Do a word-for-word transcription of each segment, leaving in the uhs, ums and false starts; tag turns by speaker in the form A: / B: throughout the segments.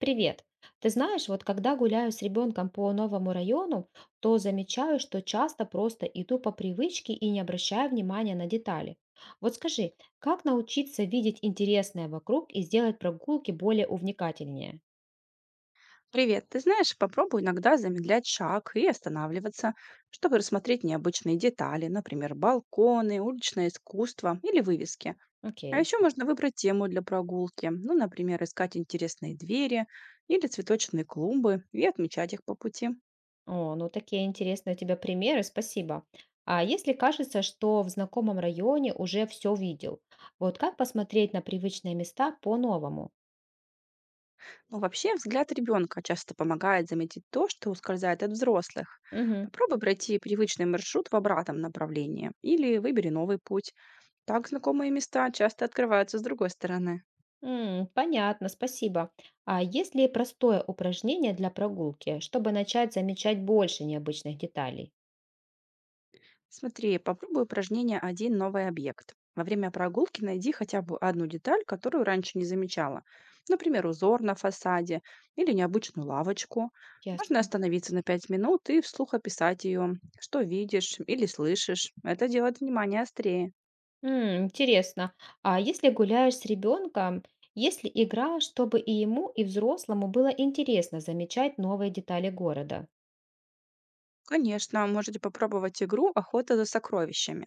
A: Привет. Ты знаешь, вот когда гуляю с ребенком по новому району, то замечаю, что часто просто иду по привычке и не обращаю внимания на детали. Вот скажи, как научиться видеть интересное вокруг и сделать прогулки более увлекательнее?
B: Привет, ты знаешь, попробуй иногда замедлять шаг и останавливаться, чтобы рассмотреть необычные детали, например, балконы, уличное искусство или вывески. А
A: Окей.
B: еще можно выбрать тему для прогулки, ну, например, искать интересные двери или цветочные клумбы и отмечать их по пути.
A: О, ну такие интересные у тебя примеры, спасибо. А если кажется, что в знакомом районе уже все видел, вот как посмотреть на привычные места по-новому?
B: Но вообще взгляд ребенка часто помогает заметить то, что ускользает от взрослых.
A: Мгм.
B: Попробуй пройти привычный маршрут в обратном направлении или выбери новый путь. Так знакомые места часто открываются с другой стороны.
A: М, понятно, спасибо. А есть ли простое упражнение для прогулки, чтобы начать замечать больше необычных деталей?
B: Смотри, попробуй упражнение «Один новый объект». Во время прогулки найди хотя бы одну деталь, которую раньше не замечала. Например, узор на фасаде или необычную лавочку. Можно
A: Ясно.
B: остановиться на пять минут и вслух описать ее, что видишь или слышишь. Это делает внимание острее.
A: М, интересно. А если гуляешь с ребенком, есть ли игра, чтобы и ему, и взрослому было интересно замечать новые детали города?
B: Конечно, можете попробовать игру «Охота за сокровищами».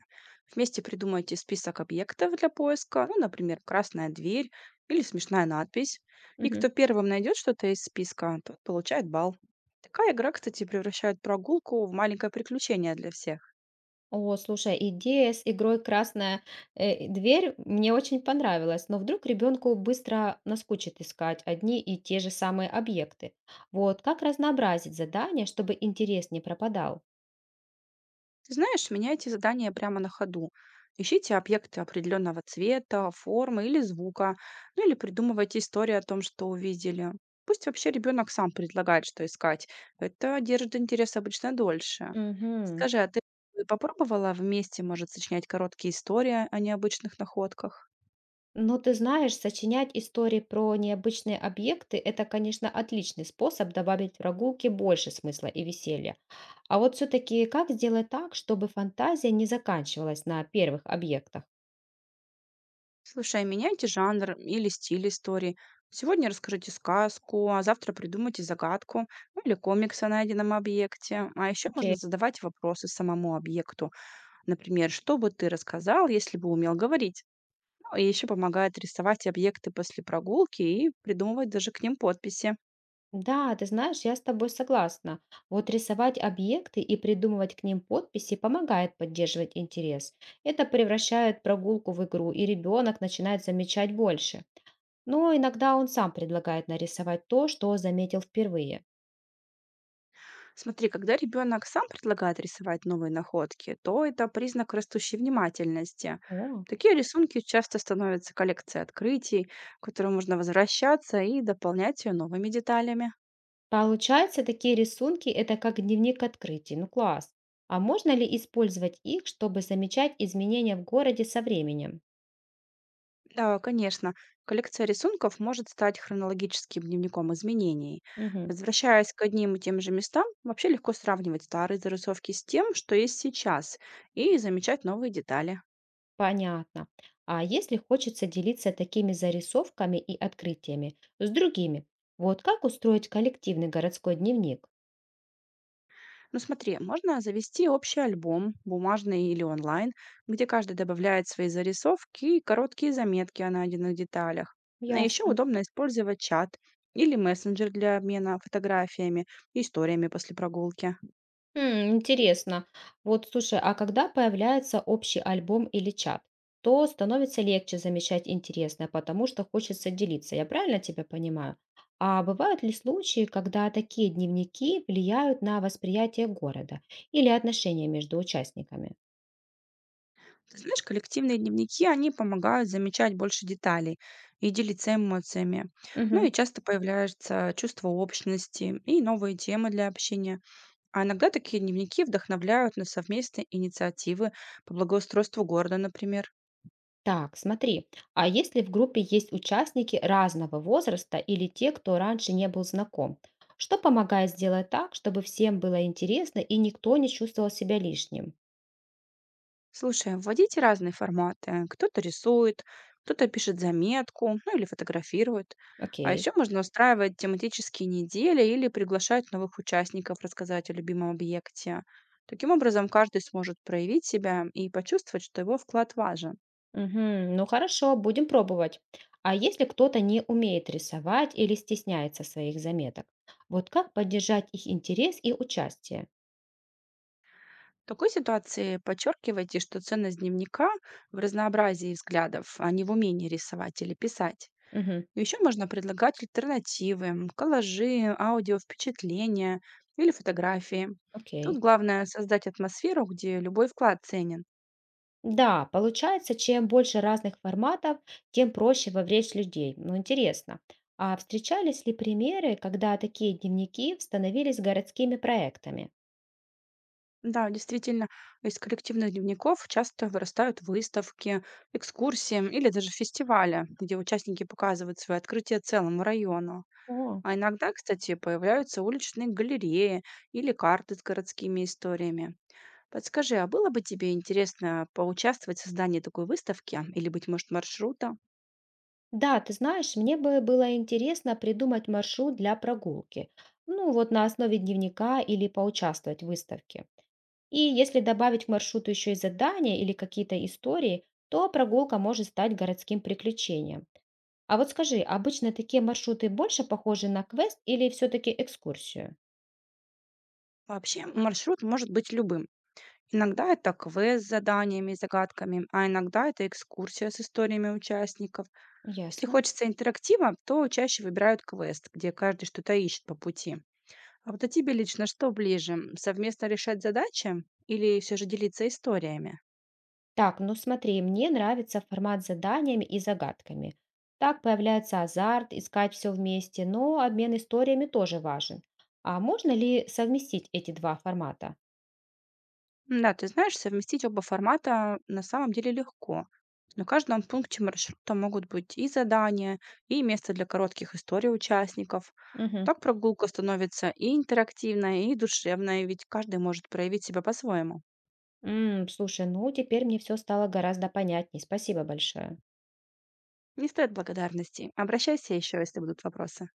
B: Вместе придумайте список объектов для поиска, ну, например, красная дверь или смешная надпись. И кто первым найдет что-то из списка, тот получает балл. Такая игра, кстати, превращает прогулку в маленькое приключение для всех.
A: О, слушай, идея с игрой "Красная, э, дверь" мне очень понравилась, но вдруг ребенку быстро наскучит искать одни и те же самые объекты. Вот как разнообразить задание, чтобы интерес не пропадал?
B: Ты знаешь, меняйте задания прямо на ходу. Ищите объекты определенного цвета, формы или звука, ну или придумывайте историю о том, что увидели. Пусть вообще ребенок сам предлагает, что искать. Это держит интерес обычно дольше.
A: Угу.
B: Скажи, а ты попробовала вместе, может, сочинять короткие истории о необычных находках?
A: Но ты знаешь, сочинять истории про необычные объекты — это, конечно, отличный способ добавить прогулке больше смысла и веселья. А вот все-таки как сделать так, чтобы фантазия не заканчивалась на первых объектах?
B: Слушай, а меняйте жанр или стиль истории. Сегодня расскажите сказку, а завтра придумайте загадку, ну, или комикс о найденном объекте. А еще можно
A: Окей.
B: задавать вопросы самому объекту. Например, что бы ты рассказал, если бы умел говорить? Ну, и еще помогает рисовать объекты после прогулки и придумывать даже к ним подписи.
A: Да, ты знаешь, я с тобой согласна. Вот рисовать объекты и придумывать к ним подписи помогает поддерживать интерес. Это превращает прогулку в игру, и ребенок начинает замечать больше. Но иногда он сам предлагает нарисовать то, что заметил впервые.
B: Смотри, когда ребенок сам предлагает рисовать новые находки, то это признак растущей внимательности.
A: О.
B: Такие рисунки часто становятся коллекцией открытий, к которой можно возвращаться и дополнять ее новыми деталями.
A: Получается, такие рисунки — это как дневник открытий. Ну класс. А можно ли использовать их, чтобы замечать изменения в городе со временем?
B: Да, конечно, коллекция рисунков может стать хронологическим дневником изменений.
A: Мгм.
B: Возвращаясь к одним и тем же местам, вообще легко сравнивать старые зарисовки с тем, что есть сейчас, и замечать новые детали.
A: Понятно. А если хочется делиться такими зарисовками и открытиями с другими, вот как устроить коллективный городской дневник?
B: Ну смотри, можно завести общий альбом, бумажный или онлайн, где каждый добавляет свои зарисовки и короткие заметки о найденных деталях. Ну, а еще
A: Ясно.
B: удобно использовать чат или мессенджер для обмена фотографиями и историями после прогулки.
A: М, интересно. Вот слушай, а когда появляется общий альбом или чат, то становится легче замечать интересное, потому что хочется делиться. Я правильно тебя понимаю? А бывают ли случаи, когда такие дневники влияют на восприятие города или отношения между участниками?
B: Ты знаешь, коллективные дневники, они помогают замечать больше деталей и делиться эмоциями. Ну и часто появляется чувство общности и новые темы для общения. А иногда такие дневники вдохновляют на совместные инициативы по благоустройству города, например.
A: Так, смотри, а если в группе есть участники разного возраста или те, кто раньше не был знаком, что помогает сделать так, чтобы всем было интересно и никто не чувствовал себя лишним?
B: Слушай, а вводите разные форматы. Кто-то рисует, кто-то пишет заметку, ну или фотографирует. А
A: Окей.
B: еще можно устраивать тематические недели или приглашать новых участников рассказать о любимом объекте. Таким образом, каждый сможет проявить себя и почувствовать, что его вклад важен.
A: Мгм. Ну хорошо, будем пробовать. А если кто-то не умеет рисовать или стесняется своих заметок, вот как поддержать их интерес и участие?
B: В такой ситуации подчеркивайте, что ценность дневника в разнообразии взглядов, а не в умении рисовать или писать.
A: Мгм.
B: Еще можно предлагать альтернативы, м, коллажи, аудиовпечатления или фотографии. Тут
A: Окей.
B: главное создать атмосферу, где любой вклад ценен.
A: Да, получается, чем больше разных форматов, тем проще вовлечь людей. Ну, интересно. А встречались ли примеры, когда такие дневники становились городскими проектами?
B: Да, действительно, из коллективных дневников часто вырастают выставки, экскурсии или даже фестивали, где участники показывают свои открытия целому району.
A: О,
B: А иногда, кстати, появляются уличные галереи или карты с городскими историями. Подскажи, а было бы тебе интересно поучаствовать в создании такой выставки или, быть может, маршрута?
A: да, ты знаешь, мне бы было интересно придумать маршрут для прогулки. Ну, вот на основе дневника или поучаствовать в выставке. И если добавить к маршруту еще и задания или какие-то истории, то прогулка может стать городским приключением. А вот скажи, обычно такие маршруты больше похожи на квест или все-таки экскурсию?
B: Вообще, маршрут может быть любым. Иногда это квест с заданиями и загадками, а иногда это экскурсия с историями участников. Если
A: Ясно.
B: хочется интерактива, то чаще выбирают квест, где каждый что-то ищет по пути. А вот а тебе лично что ближе? Совместно решать задачи или все же делиться историями?
A: Так, ну смотри, мне нравится формат с заданиями и загадками. Так появляется азарт, искать все вместе, но обмен историями тоже важен. А можно ли совместить эти два формата?
B: Да, ты знаешь, совместить оба формата на самом деле легко. На каждом пункте маршрута могут быть и задания, и место для коротких историй участников.
A: Мгм.
B: Так прогулка становится и интерактивной, и душевной, ведь каждый может проявить себя по-своему.
A: Слушай, ну теперь мне все стало гораздо понятней. Спасибо большое.
B: Не стоит благодарности. Обращайся еще, если будут вопросы.